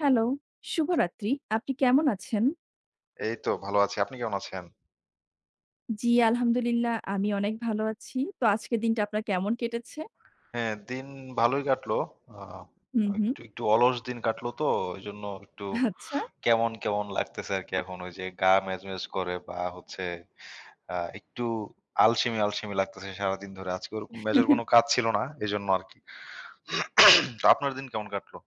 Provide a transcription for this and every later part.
Hello, শুভরাত্রি। আপনি কেমন আছেন? এই তো ভালো আছি। আপনি কেমন আছেন? জি, আলহামদুলিল্লাহ আমি অনেক ভালো আছি। তো আজকের দিনটা আপনার কেমন কেটেছে? হ্যাঁ, দিন ভালোই কাটলো। আ হুম, হুম। একটু অলস দিন কাটলো তো ওইজন্য একটু আচ্ছা। কেমন লাগতেছে আরকি এখন। ওই যে গা ম্যাজম্যাজ করে বা হচ্ছে একটু আলসেমি লাগতেছে সারাদিন ধরে। আজকে ওরকম মেজর কোনো কাজ ছিল না। এজন্য আরকি। তো আপনার দিন কেমন কাটলো?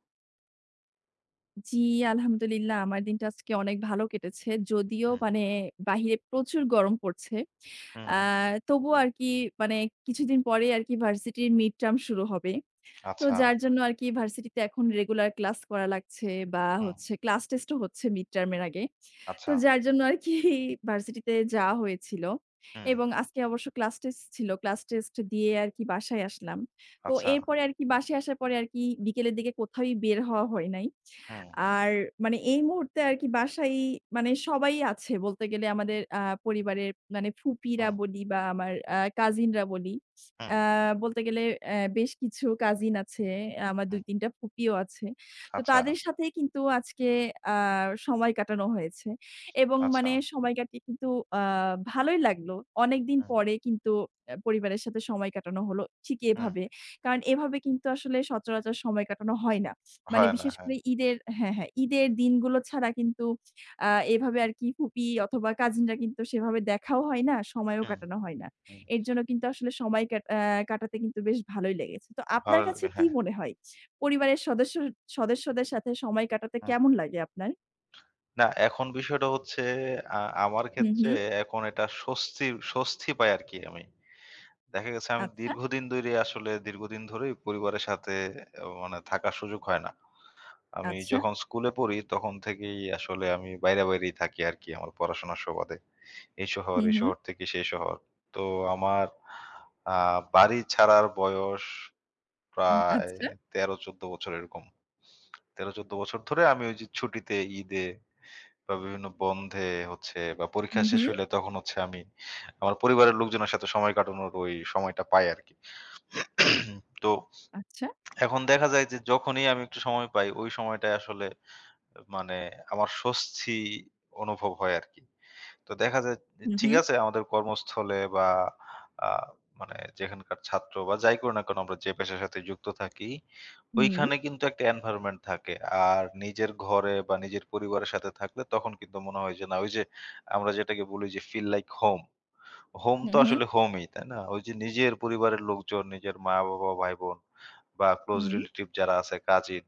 জি, আলহামদুলিল্লাহ আমার দিনটা আজকে অনেক ভালো কেটেছে। যদিও হুম, মানে বাহিরে প্রচুর গরম পড়ছে। হুম। আ তবুও আরকি মানে কিছুদিন পরেই আরকি ভার্সিটির মিড টার্ম শুরু হবে। তো আচ্ছা, যার জন্য আরকি ভার্সিটিতে এখন রেগুলার ক্লাস করা লাগছে বা হুম, হচ্ছে ক্লাস টেস্টও হচ্ছে মিড টার্ম এর আগে। আচ্ছা, তো যার জন্য আরকি ভার্সিটিতে যাওয়া হয়েছিল হুম, এবং আজকে অবশ্য ক্লাস টেস্ট ছিল। ক্লাস টেস্ট দিয়ে আরকি বাসায় আসলাম। তো আচ্ছা, এরপরে আরকি বাসায় আসার পরে আরকি বিকেলের দিকে কোথাওই বের হওয়া হয় নাই। হুম, আর মানে এই মুহূর্তে আর কি বাসায় মানে সবাই আছে বলতে গেলে আমাদের পরিবারের মানে ফুপিরা হুম, বলি বা আমার কাজিনরা বলি। হুম, আ বলতে গেলে বেশ কিছু কাজিন আছে, আমার হুম, ২-৩ টা ফুপিও আছে। তো আচ্ছা, তাদের সাথেই কিন্তু আজকে আ সময় কাটানো হয়েছে এবং আচ্ছা, মানে সময় কাটিয়ে কিন্তু আ ভালোই লাগলো। অনেকদিন হুম, পরে কিন্তু পরিবারের সাথে সময় কাটানো হলো ঠিক হুম। এভাবে। কারণ এভাবে কিন্তু আসলে সচরাচর সময় কাটানো হয় না। মানে হয় না, বিশেষ হ্যাঁ। করে হ্যাঁ, হ্যাঁ, ঈদের দিনগুলো ছাড়া কিন্তু এভাবে আরকি ফুপি অথবা কাজিনরা কিন্তু সেভাবে দেখাও হয় না, সময়ও হুম, কাটানো হয় না। হুম। এর জন্য কিন্তু আসলে সময় কাটাতে কিন্তু বেশ ভালোই লেগেছে। তো আপনার ভালো কাছে লাগে, কি হ্যাঁ। মনে হয়? পরিবারের সদস্যদের সাথে সময় কাটাতে হুম। কেমন লাগে আপনার? না এখন বিষয়টা হচ্ছে আ আমার হুম, ক্ষেত্রে হুম। এখন এটা স্বস্তি পাই আরকি আমি। দেখা গেছে আমি আচ্ছা, দীর্ঘদিন ধরে আসলে দীর্ঘদিন ধরেই পরিবারের সাথে মানে থাকার সুযোগ হয় না। আমি আচ্ছা। যখন স্কুলে পড়ি তখন থেকেই আসলে আমি বাইরেই থাকি আরকি আমার পড়াশোনার সুবাদে। এই শহর, হুম, এই হুম। শহর থেকে সেই শহর। তো আমার আ বাড়ি ছাড়ার বয়স প্রায় আচ্ছা। ১৩-১৪ বছর এরকম। ১৩-১৪ বছর ধরে আমি ওই যে ছুটিতে ঈদে বা বিভিন্ন বন্ধে হচ্ছে বা পরীক্ষা হুম, শেষ হুম। হইলে তখন হচ্ছে আমি আমার পরিবারের লোকজনের সাথে সময় কাটানোর ওই সময়টা পাই আরকি। তো আচ্ছা। এখন দেখা যায় যে যখনই আমি একটু সময় পাই ওই সময়টায় আসলে মানে আমার স্বস্তি অনুভব হয় আরকি। তো দেখা যায় যে হুম, ঠিক হুম। আছে আমাদের কর্মস্থলে বা আ মানে যেখানকার ছাত্র বা যাই করি না কেন আমরা যে পেশার সাথে যুক্ত থাকি, হুম, ওইখানে কিন্তু একটা এনভায়রনমেন্ট থাকে। আর নিজের ঘরে বা নিজের পরিবারের সাথে থাকলে তখন কিন্তু মনে হয় যে না ওই যে আমরা যেটাকে বলি যে ফিল লাইক হোম। হোম তো হুম, হুম, আসলে হোমই, তাই না? ওই যে নিজের পরিবারের লোকজন, নিজের মা-বাবা, ভাই-বোন বা ক্লোজ হুম। রিলেটিভ যারা আছে কাজিন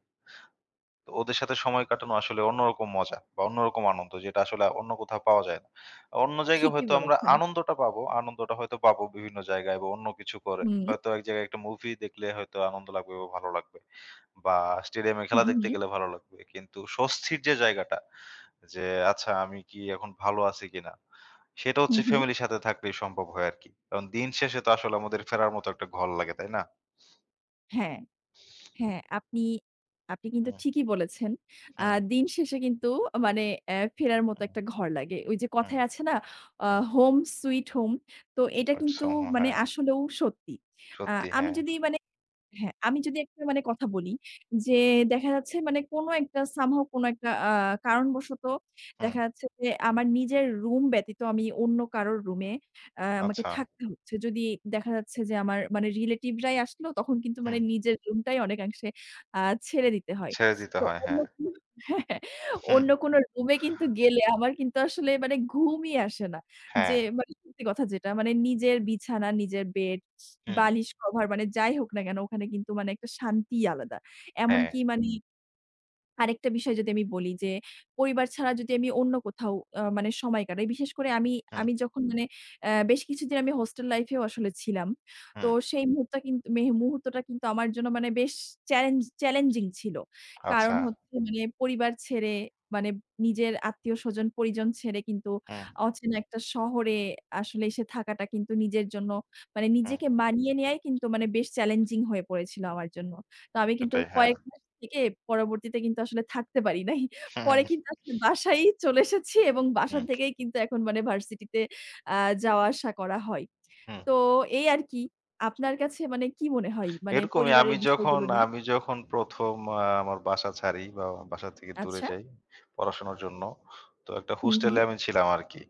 তো ওদের সাথে সময় কাটানো আসলে অন্যরকম মজা বা অন্যরকম আনন্দ যেটা আসলে অন্য কোথাও পাওয়া যায় না। অন্য জায়গায় ঠিকই হয়তো আমরা বলেছেন। আনন্দটা পাবো, আনন্দটা হয়তো পাবো বিভিন্ন জায়গায় বা অন্য কিছু করে। হুম, হয়তো এক জায়গায় একটা মুভি দেখলে হয়তো আনন্দ লাগবে বা ভালো লাগবে বা স্টেডিয়ামে হুম, খেলা দেখতে হুম, গেলে ভালো লাগবে। কিন্তু স্বস্তির যে জায়গাটা যে আচ্ছা আমি কি এখন ভালো আছি কিনা? সেটা হুম, হচ্ছে হুম। ফ্যামিলির সাথে থাকলেই সম্ভব হয় আরকি। কারণ দিন শেষে তো আসলে আমাদের ফেরার মতো একটা ঘর লাগে, তাই না? হ্যাঁ। হ্যাঁ, আপনি আপনি কিন্তু হুম, ঠিকই বলেছেন। আ হুম, দিন শেষে কিন্তু মানে ফেরার মতো হুম, একটা ঘর লাগে। ওই যে হুম, কথায় আছে না? আ হুম। Home sweet home. তো এটা কিন্তু একদম, মানে হ্যাঁ, আসলেও সত্যি। আ সত্যি আমি হ্যাঁ। যদি মানে হ্যাঁ, আমি যদি একটা মানে কথা বলি যে দেখা যাচ্ছে মানে কোনো একটা somehow কোনো একটা কারণবশত হুম, দেখা যাচ্ছে যে আমার নিজের রুম ব্যতীত আমি অন্য কারোর রুমে আমাকে আচ্ছা। থাকতে হচ্ছে। যদি দেখা যাচ্ছে যে আমার মানে relative রাই আসলো তখন কিন্তু মানে হুম, নিজের রুমটাই অনেকাংশে আ ছেড়ে দিতে হয়। ছেড়ে দিতে তো হয়, অন্য হ্যাঁ। কোনো হ্যাঁ, হ্যাঁ, হুম, অন্য কোনো রুমে কিন্তু গেলে আমার কিন্তু আসলে মানে ঘুমই আসে না। যে হ্যাঁ, মানে সত্যি কথা যেটা মানে নিজের বিছানা, নিজের বেড হুম, বালিশ, কভার মানে যাই হোক না কেন ওখানে কিন্তু মানে একটা শান্তিই আলাদা। হ্যাঁ, এমনকি মানে আরেকটা বিষয় যদি আমি বলি যে, পরিবার ছাড়া যদি আমি অন্য কোথাও মানে সময় কাটাই, বিশেষ করে আমি হুম, আমি যখন মানে বেশ কিছুদিন আমি হোস্টেল লাইফ এও আসলে ছিলাম। তো হুম, সেই মুহূর্তটা কিন্তু আমার জন্য মানে বেশ চ্যালেঞ্জিং ছিল। কারণ আচ্ছা। হচ্ছে মানে পরিবার ছেড়ে মানে নিজের আত্মীয়স্বজন, পরিজন ছেড়ে কিন্তু হুম, অচেনা একটা শহরে আসলে এসে থাকাটা কিন্তু নিজের জন্য মানে হুম, নিজেকে মানিয়ে নেয়াই কিন্তু মানে বেশ চ্যালেঞ্জিং হয়ে পড়েছিল আমার জন্য। তো আমি কিন্তু সেটাই, হ্যাঁ। কয়েক থেকে পরবর্তীতে কিন্তু আসলে থাকতে পারি নাই। পরে হুম, কিন্তু আসলে বাসায়ই চলে এসেছি এবং বাসা হুম, থেকেই কিন্তু এখন মানে ভার্সিটিতে আ যাওয়া আসা করা হয়। হুম। তো এই আরকি। আপনার কাছে মানে কি মনে হয় মানে এরকমই আমি পরিবারের যখন বিষয়গুলো নিয়ে? আমি যখন ১ম আমার বাসা ছাড়ি বা বাসা থেকে দূরে আচ্ছা। যাই পড়াশোনার জন্য, তো একটা হুম, হোস্টেলে হুম। আমি ছিলাম আরকি।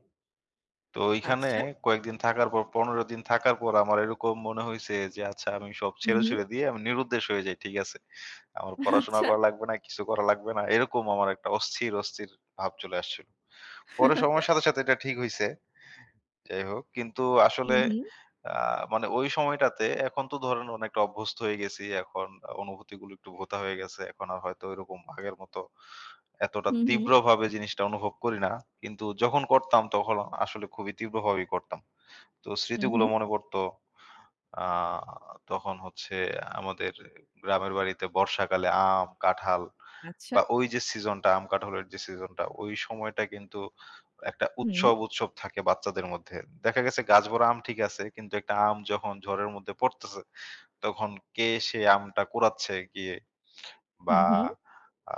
তো ওইখানে আচ্ছা। কয়েকদিন থাকার পর ১৫ দিন থাকার পর আমার এরকম মনে হইছে যে আচ্ছা আমি সব হুম, হুম। ছেড়ে-ছুড়ে দিয়ে আমি নিরুদ্দেশ হয়ে যাই, ঠিক আছে? আমার পড়াশোনা আচ্ছা। করা লাগবে না, কিছু করা লাগবে না। এরকম আমার একটা অস্থির ভাব চলে আসছিল। পরে সময়ের সাথে, সাথে এটা ঠিক হইছে। যাই হোক। কিন্তু হুম, আসলে হুম। আ মানে ওই সময়টাতে এখন তো ধরেন অনেকটা অভ্যস্ত হয়ে গেছি। এখন অনুভূতিগুলো একটু ভোঁতা হয়ে গেছে। এখন আর হয়তো ওইরকম আগের মতো এতটা হুম, হুম। তীব্রভাবে জিনিসটা অনুভব করি না। কিন্তু যখন করতাম তখন আসলে খুবই তীব্রভাবেই করতাম। তো হুম, স্মৃতিগুলো হুম। মনে পড়তো। আ তখন হচ্ছে আমাদের গ্রামের বাড়িতে বর্ষাকালে আম, কাঁঠাল আচ্ছা। বা ওই যে সিজনটা আম কাঁঠালের যে সিজনটা ওই সময়টা কিন্তু একটা হুম, উৎসব থাকে বাচ্চাদের মধ্যে। দেখা গেছে গাছ ভরা আম ঠিক আছে, কিন্তু একটা আম যখন ঝড়ের মধ্যে পড়তেছে, তখন কে সে আমটা কুড়াচ্ছে গিয়ে হুম, বা হুম। আ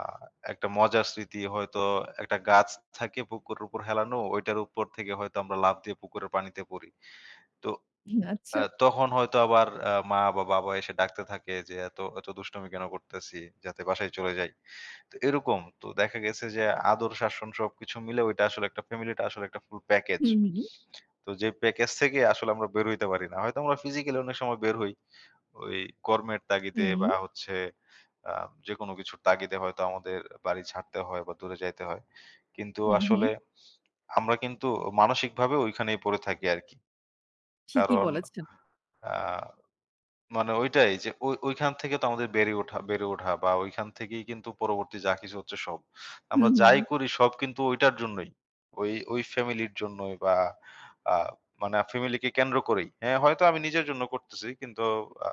একটা মজার স্মৃতি হয়তো একটা গাছ থাকে পুকুরের উপর হেলানো, ওইটার উপর থেকে হয়তো আমরা লাফ দিয়ে পুকুরের পানিতে পড়ি। তো হুম, আচ্ছা। তখন হয়তো আবার মা বা বাবা এসে ডাকতে থাকে যে, "এত দুষ্টামি কেন করতেছি? যাতে বাসায় চলে যাই।" তো এরকম। তো দেখা গেছে যে আদর, শাসন সবকিছু মিলে ওইটা আসলে একটা ফ্যামিলিটা আসলে একটা ফুল প্যাকেজ। হুম, হুম। তো যে প্যাকেজ থেকে আসলে আমরা বের হইতে পারি না। হয়তো আমরা ফিজিক্যালি অনেক সময় বের হই। ওই কর্মের তাগিদে বা হুম, হচ্ছে আ যেকোনো কিছুর তাগিদে হয়তো আমাদের বাড়ি ছাড়তে হয় বা দূরে যাইতে হয়। কিন্তু হুম, হুম। আসলে আমরা কিন্তু মানসিকভাবে ওইখানেই পড়ে থাকি আরকি। ঠিকই কারণ বলেছেন। আ মানে ওইটাই যে ওইখান থেকে তো আমাদের বেড়ে ওঠা বা ওইখান থেকেই কিন্তু পরবর্তী যা কিছু হচ্ছে সব। হুম, আমরা হুম। যাই করি সব কিন্তু ওইটার জন্যই। ওই ওই ফ্যামিলির জন্যই বা আ মানে ফ্যামিলিকে কেন্দ্র করেই। হ্যাঁ, হয়তো আমি নিজের জন্য করতেছি কিন্তু আ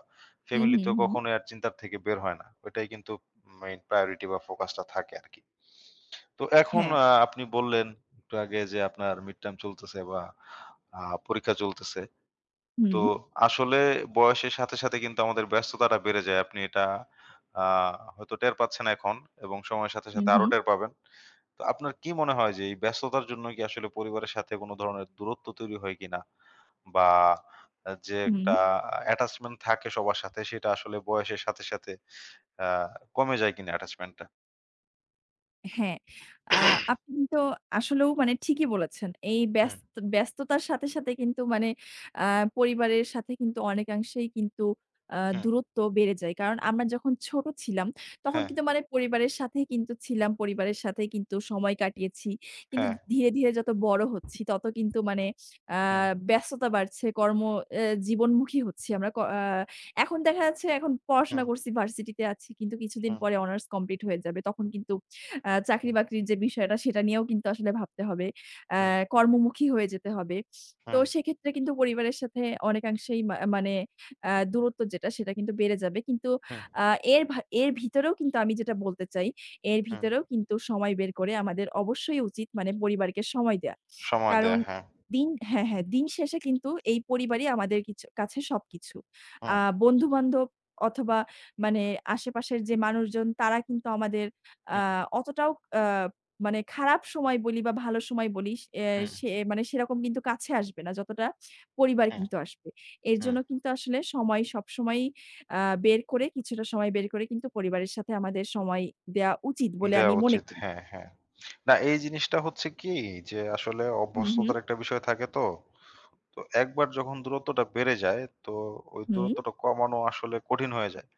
হুম, ফ্যামিলি হুম, তো হুম। কখনোই আর চিন্তার থেকে বের হয় না। ওইটাই কিন্তু মেইন প্রায়োরিটি বা ফোকাসটা থাকে আরকি। তো এখন হ্যাঁ। আপনি বললেন একটু আগে যে আপনার মিড টার্ম চলতেছে বা আ পরীক্ষা চলতেছে। তো হুম, আসলে বয়সের সাথে, সাথে কিন্তু আমাদের ব্যস্ততাটা বেড়ে যায়। আপনি এটা আ হয়তো টের পাচ্ছেন এখন এবং সময়ের সাথে, হুম, সাথে আরো হুম, টের পাবেন। তো আপনার কি মনে হয় যে এই ব্যস্ততার জন্য কি আসলে পরিবারের সাথে কোনো ধরনের দূরত্ব তৈরি হয় কিনা? বা যে হুম। একটা attachment থাকে সবার সাথে সেটা আসলে বয়সের সাথে, সাথে আ কমে যায় কিনা attachment টা? হ্যাঁ, আ আপনি কিন্তু আসলেও মানে ঠিকই বলেছেন। এই হুম, ব্যস্ততার সাথে, সাথে কিন্তু মানে আ পরিবারের সাথে কিন্তু অনেকাংশেই কিন্তু হুম, দূরত্ব বেড়ে যায়। কারণ আমরা যখন ছোট ছিলাম, তখন হ্যাঁ, কিন্তু মানে পরিবারের সাথেই কিন্তু ছিলাম, পরিবারের সাথেই কিন্তু সময় কাটিয়েছি। কিন্তু হ্যাঁ, ধীরে, ধীরে যত বড় হচ্ছি, তত কিন্তু মানে আ হুম, ব্যস্ততা বাড়ছে, কর্ম এ জীবনমুখী হচ্ছি আমরা। ক আ এখন দেখা যাচ্ছে এখন পড়াশোনা হুম, করছি, ভার্সিটিতে আছি। কিন্তু কিছুদিন হুম, পরে অনার্স কমপ্লিট হয়ে যাবে। তখন কিন্তু হুম, চাকরি-বাকরির যে বিষয়টা সেটা নিয়েও কিন্তু আসলে ভাবতে হবে। অ্যা হুম, কর্মমুখী হয়ে যেতে হবে। তো হুম, সেক্ষেত্রে কিন্তু পরিবারের সাথে অনেকাংশেই মানে দূরত্ব যেটা সেটা কিন্তু বেড়ে যাবে। কিন্তু হুম, আ এর ভা এর ভিতরেও কিন্তু আমি যেটা বলতে চাই, এর হুম। ভিতরেও কিন্তু সময় বের করে আমাদের অবশ্যই উচিত মানে পরিবারকে সময় দেয়া। সময় কারণ দেয়া, হ্যাঁ। হ্যাঁ, হ্যাঁ, দিন শেষে কিন্তু এই পরিবারই আমাদের কাছে সবকিছু। আ হুম, বন্ধু-বান্ধব অথবা মানে আশেপাশের যে মানুষজন তারা কিন্তু আমাদের আ হুম, অতটাও আ মানে খারাপ সময় বলি বা ভালো সময় বলি এ হুম, সে মানে সেরকম কিন্তু কাছে আসবে না যতটা পরিবার হুম। কিন্তু আসবে। এর হুম, জন্য কিন্তু আসলে সময় সবসময়ই আ বের করে কিছুটা সময় বের করে কিন্তু পরিবারের সাথে আমাদের সময় দেয়া উচিত বলে দেয়া আমি মনে উচিত। করি। হ্যাঁ, হ্যাঁ। না এই জিনিসটা হচ্ছে কি যে আসলে হুম, হুম, অভ্যস্ততার একটা বিষয় থাকে তো। তো একবার যখন দূরত্বটা বেড়ে যায় তো ওই হুম, দূরত্বটা কমানো আসলে কঠিন হয়ে যায়।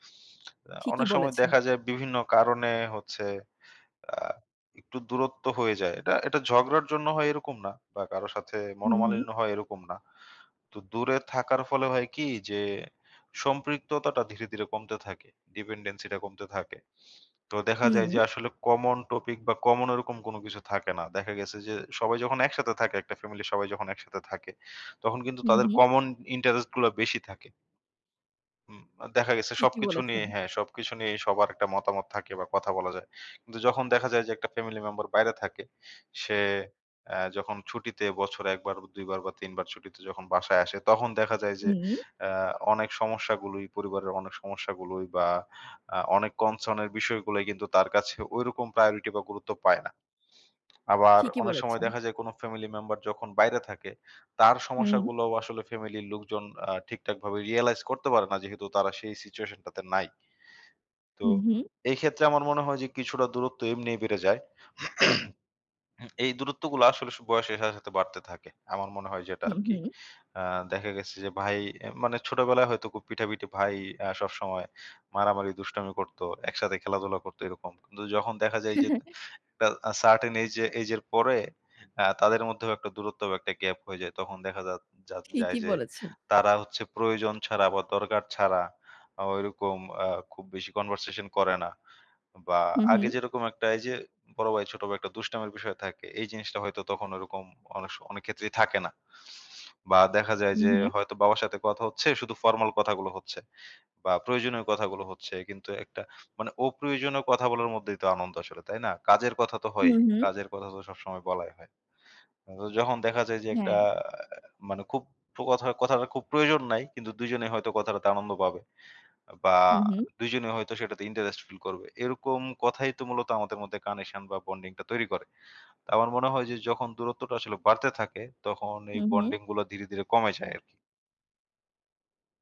ঠিকই অনেক সময় বলেছেন। দেখা যায় বিভিন্ন কারণে হচ্ছে আ একটু দূরত্ব হয়ে যায়। এটা এটা ঝগড়ার জন্য হয় এরকম না বা কারো সাথে হুম, হুম, মনোমালিন্য হয় এরকম না। তো দূরে থাকার ফলে হয় কি যে সম্পৃক্ততাটা ধীরে, ধীরে কমতে থাকে। ডিপেন্ডেন্সিটা কমতে থাকে। তো দেখা যায় হুম, যে আসলে কমন টপিক বা কমন ওরকম কোনো কিছু থাকে না। দেখা গেছে যে সবাই যখন একসাথে থাকে, একটা ফ্যামিলির সবাই যখন একসাথে থাকে, তখন কিন্তু হুম, তাদের হুম, কমন ইন্টারেস্ট গুলা বেশি থাকে। হুম, দেখা গেছে ঠিকই সবকিছু নিয়ে বলেছেন। হ্যাঁ, সবকিছু নিয়েই সবার একটা মতামত থাকে বা কথা বলা যায়। কিন্তু যখন দেখা যায় যে একটা ফ্যামিলি মেম্বার বাইরে থাকে, সে যখন ছুটিতে বছরে ১ বার, ২ বার বা ৩ বার ছুটিতে যখন বাসায় আসে, তখন দেখা যায় যে হুম, অ্যা অনেক সমস্যাগুলোই বা অনেক কনসার্ন এর বিষয়গুলোই কিন্তু তার কাছে ঐরকম প্রায়োরিটি বা গুরুত্ব পায় না। আবার ঠিকই অনেক সময় বলেছেন। দেখা যায় কোনো ফ্যামিলি মেম্বার যখন বাইরে থাকে, তার হুম, সমস্যাগুলোও আসলে ফ্যামিলির লোকজন ঠিকঠাকভাবে রিয়ালাইজ করতে পারে না যেহেতু তারা সেই সিচুয়েশন টাতে নাই। তো হুম, হুম, এই ক্ষেত্রে আমার মনে হয় যে কিছুটা দূরত্ব এমনিই বেড়ে যায়। এই দূরত্বগুলো আসলে বয়সের সাথে, সাথে বাড়তে থাকে। আমার মনে হয় যেটা হুম, আরকি। হুম, আ দেখা গেছে যে ভাই মানে ছোটবেলায় হয়তো খুব পিঠাপিঠি ভাই সবসময় মারামারি দুষ্টামি করতো, একসাথে খেলাধুলা করতো এরকম। কিন্তু যখন দেখা যায় যে একটা সার্টেন এইজের পরে তাদের মধ্যেও একটা দূরত্ব বা একটা গ্যাপ হয়ে যায়। তখন দেখা যা যা যায় ঠিকই যে বলেছেন। তারা হচ্ছে প্রয়োজন ছাড়া বা দরকার ছাড়া ওইরকম আ খুব বেশি কনভারসেশন করে না। বা হুম, আগে হুম, যেরকম একটা এই যে বড় ভাই, ছোট ভাই একটা দুষ্টামির বিষয় থাকে, এই জিনিসটা হয়তো তখন ওরকম অনেক ক্ষেত্রেই থাকে না। বা দেখা যায় হুম, যে হুম, হয়তো বাবার সাথে কথা হচ্ছে, শুধু ফরমাল কথাগুলো হচ্ছে। বা প্রয়োজনীয় কথাগুলো হচ্ছে কিন্তু একটা মানে অপ্রয়োজনীয় কথা বলার মধ্যেই তো আনন্দ আসলে, তাই না? কাজের কথা তো হয়ই। হুম, হুম, কাজের কথা তো সবসময় বলাই হয়। তো যখন দেখা যায় যে একটা হ্যাঁ, মানে খুব কথাটা খুব প্রয়োজন নাই কিন্তু দুইজনেই হয়তো কথাটাতে আনন্দ পাবে বা হুম, হুম, দুইজনেই হয়তো সেটাতে ইন্টারেস্ট ফিল করবে। এরকম কথাই তো মূলত আমাদের মধ্যে কানেকশন বা বন্ডিংটা তৈরি করে। তো আমার মনে হয় যে যখন দূরত্বটা আসলে বাড়তে থাকে তখন এই হুম, হুম। বন্ডিং গুলো ধীরে, ধীরে কমে যায় আরকি।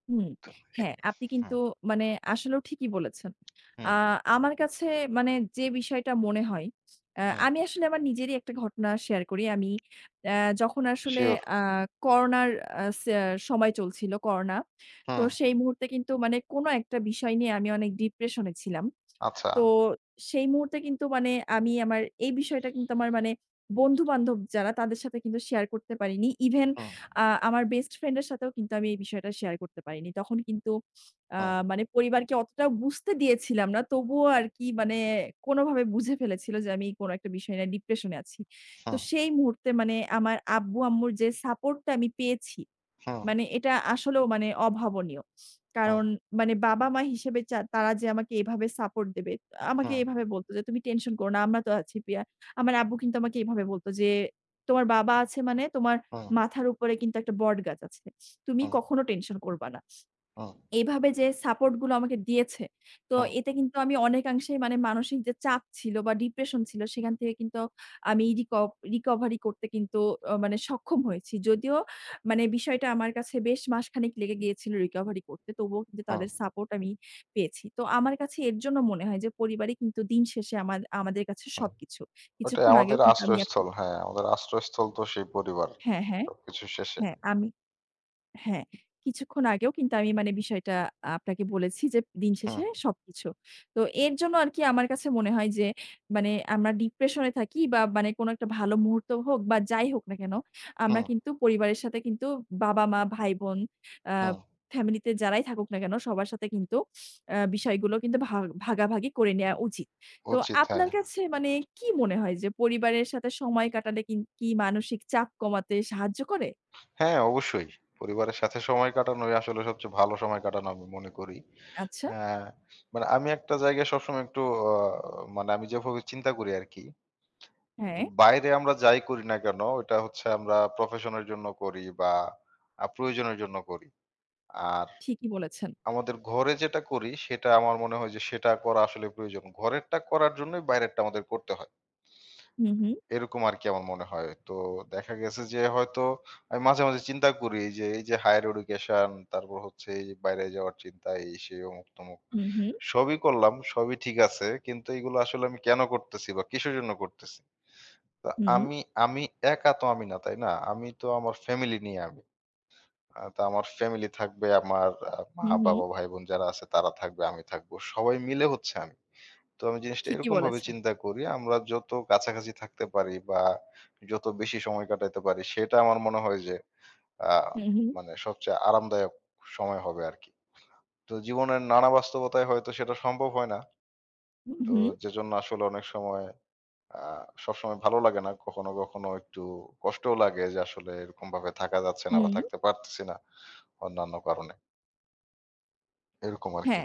হুম, তো এ হ্যাঁ, আপনি হুম, কিন্তু মানে আসলেও ঠিকই বলেছেন। আ হুম, আমার কাছে মানে যে বিষয়টা মনে হয়, হুম। আমি আসলে আমার নিজেরই একটা ঘটনা শেয়ার করি। আমি আ যখন আসলে সিওর। আ করোনার আ সে আহ, সময় চলছিল করোনা। তো হুম, সেই মুহূর্তে কিন্তু মানে কোনো একটা বিষয় নিয়ে আমি অনেক ডিপ্রেশন এ ছিলাম। আচ্ছা। তো সেই মুহূর্তে কিন্তু মানে আমি আমার এই বিষয়টা কিন্তু আমার মানে বন্ধু-বান্ধব যারা তাদের সাথে কিন্তু শেয়ার করতে পারিনি। ইভেন Huh, আ আমার বেস্ট ফ্রেন্ড এর সাথেও কিন্তু আমি এই বিষয়টা শেয়ার করতে পারিনি। তখন কিন্তু আ huh, মানে পরিবারকে অতটাও বুঝতে দিয়েছিলাম না। তবুও আরকি মানে কোনোভাবে বুঝে ফেলেছিল যে আমি কোনো একটা বিষয় নিয়ে ডিপ্রেশন এ আছি। তো huh, সেই মুহূর্তে মানে আমার আব্বু-আম্মুর যে সাপোর্ট টা আমি পেয়েছি, huh, মানে এটা আসলেও মানে অভাবনীয়। huh, কারণ মানে বাবা-মা হিসেবে তারা যে আমাকে এভাবে সাপোর্ট দেবে। আমাকে huh, এভাবে বলত যে, "তুমি টেনশন করো না, আমরা তো আছি পিয়া।" আমার আব্বু কিন্তু আমাকে এভাবে বলত যে, "তোমার বাবা আছে মানে তোমার huh, মাথার উপরে কিন্তু একটা বটগাছ আছে। তুমি huh, কখনো টেনশন করবা না।" huh, huh, এইভাবে যে সাপোর্ট গুলো আমাকে দিয়েছে, তো huh, এতে কিন্তু আমি অনেকাংশেই মানে মানসিক যে চাপ ছিল বা ডিপ্রেশন ছিল সেখান থেকে কিন্তু আমি রিকভারি করতে কিন্তু মানে সক্ষম হয়েছি। যদিও মানে বিষয়টা আমার কাছে বেশ মাসখানেক লেগে গিয়েছিল রিকভারি করতে। তবুও কিন্তু huh। তাদের সাপোর্ট আমি পেয়েছি। তো আমার কাছে এর জন্য মনে হয় যে পরিবারই কিন্তু দিন শেষে আমাদের কাছে সবকিছু। ওটাই কিছুক্ষণ আমাদের আগেও কিন্তু আমি আপ আশ্রয়স্থল। হ্যাঁ, আমাদের আশ্রয়স্থল তো সেই পরিবার। হ্যাঁ, হ্যাঁ, সবকিছু শেষে। হ্যাঁ আমি হ্যাঁ, কিছুক্ষণ আগেও কিন্তু আমি মানে বিষয়টা আপনাকে বলেছি যে দিন হুম, শেষে সবকিছু। তো এর জন্য আর কি আমার কাছে মনে হয় যে মানে আমরা ডিপ্রেশন এ থাকি বা মানে কোনো একটা ভালো মুহূর্ত হোক বা যাই হোক না কেন, আমরা হুম, কিন্তু পরিবারের সাথে কিন্তু বাবা-মা, ভাই-বোন আ হুম, ফ্যামিলিতে যারাই থাকুক না কেন সবার সাথে কিন্তু বিষয়গুলো কিন্তু ভাগাভাগি করে নেয়া উচিত। তো উচিত, হ্যাঁ। আপনার কাছে মানে কি মনে হয় যে পরিবারের সাথে সময় কাটালে কি মানসিক চাপ কমাতে সাহায্য করে? হ্যাঁ, অবশ্যই। পরিবারের সাথে সময় কাটানোই আসলে সবচেয়ে ভালো সময় কাটানো আমি মনে করি। আচ্ছা, অ্যা মানে আমি একটা জায়গায় সবসময় একটু অ মানে আমি যেভাবে চিন্তা করি আরকি। তো হ্যাঁ। বাইরে আমরা যাই করি না কেন, ওটা হচ্ছে আমরা প্রফেশন এর জন্য করি বা প্রয়োজনের জন্য করি। আর ঠিকই বলেছেন। আমাদের ঘরে যেটা করি সেটা আমার মনে হয় যে সেটা করা আসলে প্রয়োজন। ঘরেরটা করার জন্যই বাইরেরটা আমাদের করতে হয়। হু, হু, এরকম আরকি আমার মনে হয়। তো দেখা গেছে যে হয়তো আমি মাঝে, মাঝে চিন্তা করি যে এই যে হায়ার এডুকেশন তারপর হচ্ছে এই যে বাইরে যাওয়ার চিন্তা এই সেই অমুক-তমুক। হু, হু, সবই করলাম, সবই ঠিক আছে। কিন্তু এগুলো আসলে আমি কেন করতেছি বা কিসের জন্য করতেছি? তো হু, আমি আমি একা তো আমি না, তাই না? আমি তো আমার ফ্যামিলি নিয়ে আমি। তো আমার ফ্যামিলি থাকবে, আমার হু, হু। মা-বাবা, ভাই-বোন যারা আছে তারা থাকবে, আমি থাকবো। সবাই মিলে হচ্ছে আমি। তো আমি জিনিসটা ঠিকই এরকমভাবে বলেছেন। চিন্তা করি, আমরা যত কাছাকাছি থাকতে পারি বা যত বেশি সময় কাটাতে পারি সেটা আমার মনে হয় যে আ হু, হু, মানে সবচেয়ে আরামদায়ক সময় হবে আরকি। তো জীবনের নানা বাস্তবতায় হয়তো সেটা সম্ভব হয় না। হু, তো হু, যেজন্য আসলে অনেক সময় আ সবসময় ভালো লাগে না। কখনো, কখনো একটু কষ্টও লাগে যে আসলে এরকমভাবে থাকা যাচ্ছে না হু। বা থাকতে পারতেছি না অন্যান্য কারণে। এরকম আরকি। হ্যাঁ,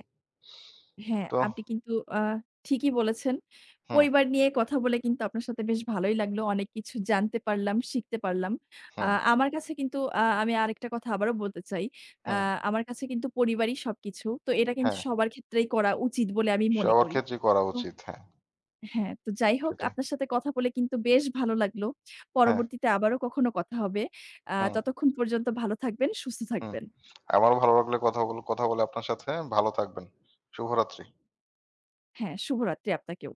হ্যাঁ, তো আপনি কিন্তু আ ঠিকই বলেছেন। হুম, পরিবার নিয়ে কথা বলে কিন্তু আপনার সাথে বেশ ভালোই লাগলো। অনেক কিছু জানতে পারলাম, শিখতে পারলাম। আ হুম, আমার কাছে কিন্তু আমি আরেকটা কথা আবারও বলতে চাই। আ হুম, আমার কাছে কিন্তু পরিবারই সবকিছু। তো এটা কিন্তু হ্যাঁ। সবার ক্ষেত্রেই করা উচিত বলে আমি মনে সবার করি। ক্ষেত্রেই করা তো উচিত। হ্যাঁ, হ্যাঁ, তো যাই হোক সেটাই। আপনার সাথে কথা বলে কিন্তু বেশ ভালো লাগলো। হ্যাঁ, পরবর্তীতে আবারও কখনো কথা হবে। হুম, ততক্ষণ পর্যন্ত ভালো থাকবেন, সুস্থ হুম। থাকবেন। আমারও ভালো লাগলো কথা বলে আপনার সাথে। ভালো থাকবেন। শুভরাত্রি। হ্যাঁ, শুভরাত্রি আপনাকেও।